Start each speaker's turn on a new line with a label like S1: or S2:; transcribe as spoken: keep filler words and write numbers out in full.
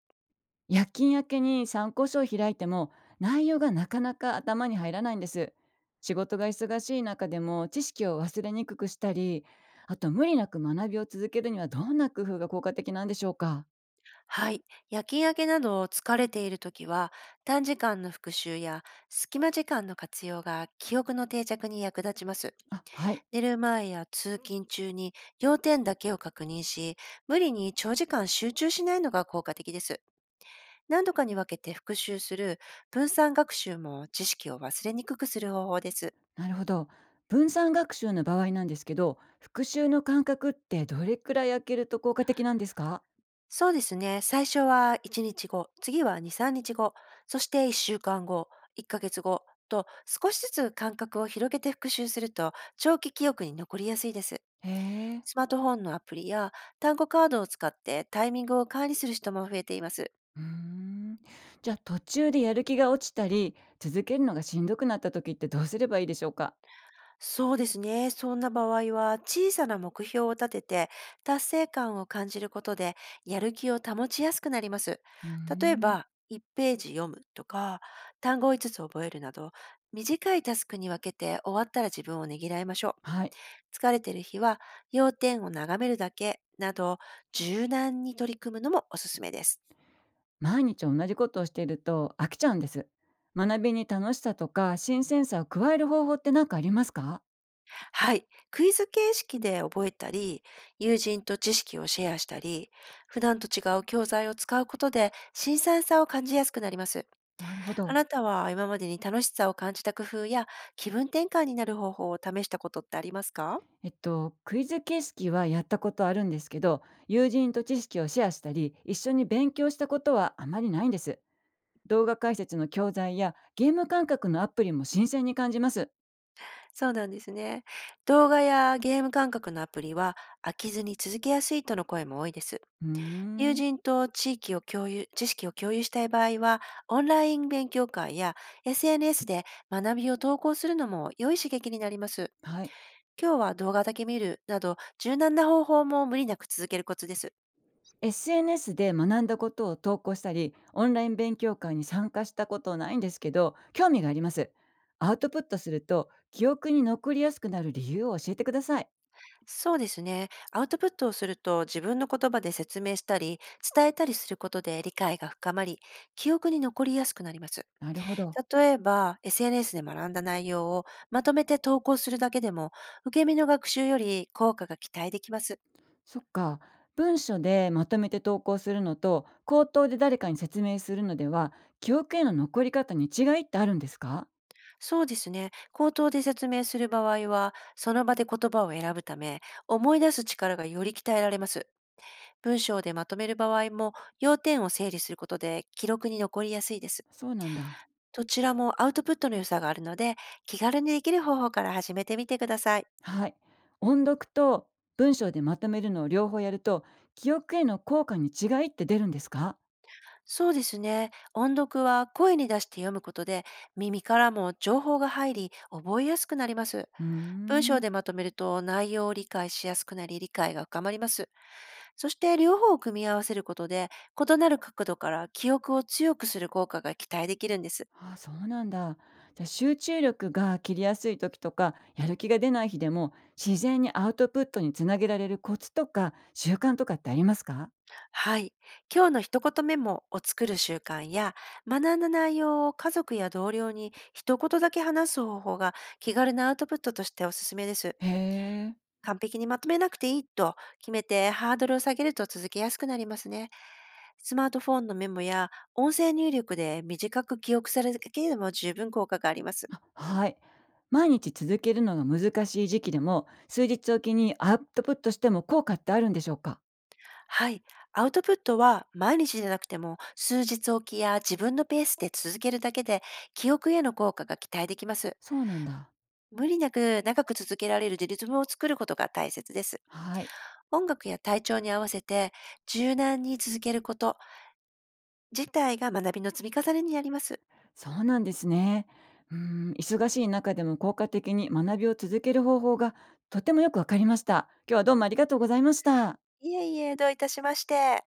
S1: 夜勤明けに参考書を開いても内容がなかなか頭に入らないんです。仕事が忙しい中でも知識を忘れにくくしたり、あと無理なく学びを続けるにはどんな工夫が効果的なんでしょうか？
S2: はい。夜勤明けなど疲れているときは、短時間の復習や隙間時間の活用が記憶の定着に役立ちます。
S1: あ、はい。
S2: 寝る前や通勤中に要点だけを確認し、無理に長時間集中しないのが効果的です。何度かに分けて復習する分散学習も知識を忘れにくくする方法です。
S1: なるほど。分散学習の場合なんですけど、復習の間隔ってどれくらい空けると効果的なんですか？
S2: そうですね。最初はいちにちご、次はに、みっかご、そしていっしゅうかんご、いっかげつごと少しずつ間隔を広げて復習すると長期記憶に残りやすいです。
S1: へえ。
S2: スマートフォンのアプリや単語カードを使ってタイミングを管理する人も増えています。
S1: うーん。じゃあ途中でやる気が落ちたり、続けるのがしんどくなった時ってどうすればいいでしょうか？
S2: そうですね。そんな場合は、小さな目標を立てて、達成感を感じることで、やる気を保ちやすくなります。
S1: うー
S2: 例え
S1: ん。
S2: ば、いちページ読むとか、単語をいつつつ覚えるなど、短いタスクに分けて終わったら自分をねぎらいましょう。
S1: はい。
S2: 疲れてる日は、要点を眺めるだけなど、柔軟に取り組むのもおすすめです。
S1: 毎日同じことをしていると飽きちゃうんです。学びに楽しさとか新鮮さを加える方法って何かありますか？
S2: はい。クイズ形式で覚えたり、友人と知識をシェアしたり、普段と違う教材を使うことで新鮮さを感じやすくなります。
S1: なるほ
S2: あ
S1: ど。
S2: なたは今までに楽しさを感じた工夫や気分転換になる方法を試したことってありますか？
S1: えっと、クイズ形式はやったことあるんですけど、友人と知識をシェアしたり、一緒に勉強したことはあまりないんです。動画解説の教材やゲーム感覚のアプリも新鮮に感じます。
S2: そうなんですね。動画やゲーム感覚のアプリは飽きずに続けやすいとの声も多いです。
S1: うー
S2: 友
S1: ん。
S2: 人と地域を共有、知識を共有したい場合は、オンライン勉強会や エスエヌエス で学びを投稿するのも良い刺激になります。
S1: はい。
S2: 今日は動画だけ見るなど、柔軟な方法も無理なく続けるコツです。
S1: エスエヌエス で学んだことを投稿したり、オンライン勉強会に参加したことないんですけど、興味があります。アウトプットすると、記憶に残りやすくなる理由を教えてください。
S2: そうですね。アウトプットをすると自分の言葉で説明したり、伝えたりすることで理解が深まり、記憶に残りやすくなります。
S1: なるほど。
S2: 例えば、エスエヌエス で学んだ内容をまとめて投稿するだけでも、受け身の学習より効果が期待できます。
S1: そっか。文書でまとめて投稿するのと、口頭で誰かに説明するのでは、記憶への残り方に違いってあるんですか？
S2: そうですね。口頭で説明する場合は、その場で言葉を選ぶため、思い出す力がより鍛えられます。文章でまとめる場合も、要点を整理することで記録に残りやすいです。
S1: そうなんだ。
S2: どちらもアウトプットの良さがあるので、気軽にできる方法から始めてみてください。
S1: はい。音読と文章でまとめるのを両方やると、記憶への効果に違いって出るんですか？
S2: そうですね。音読は声に出して読むことで耳からも情報が入り覚えやすくなります。
S1: うー
S2: 文章
S1: ん。
S2: でまとめると内容を理解しやすくなり理解が深まります。そして両方を組み合わせることで異なる角度から記憶を強くする効果が期待できるんです。
S1: ああ、そうなんだ。じゃあ集中力が切りやすい時とか、やる気が出ない日でも、自然にアウトプットにつなげられるコツとか、習慣とかってありますか？
S2: はい。今日の一言メモを作る習慣や学んだ内容を家族や同僚に一言だけ話す方法が気軽なアウトプットとしておすすめです。
S1: へえ。
S2: 完璧にまとめなくていいと決めてハードルを下げると続けやすくなりますね。スマートフォンのメモや音声入力で短く記憶されるだけでも十分効果があります。
S1: はい。毎日続けるのが難しい時期でも、数日おきにアウトプットしても効果ってあるんでしょうか？
S2: はい。アウトプットは毎日じゃなくても数日おきや自分のペースで続けるだけで記憶への効果が期待できます。
S1: そうなんだ。
S2: 無理なく長く続けられるリズムを作ることが大切です。
S1: はい。
S2: 音楽や体調に合わせて柔軟に続けること自体が学びの積み重ねになります。
S1: そうなんですね。うん、忙しい中でも効果的に学びを続ける方法がとてもよくわかりました。今日はどうもありがとうございました。
S2: いえいえ、どういたしまして。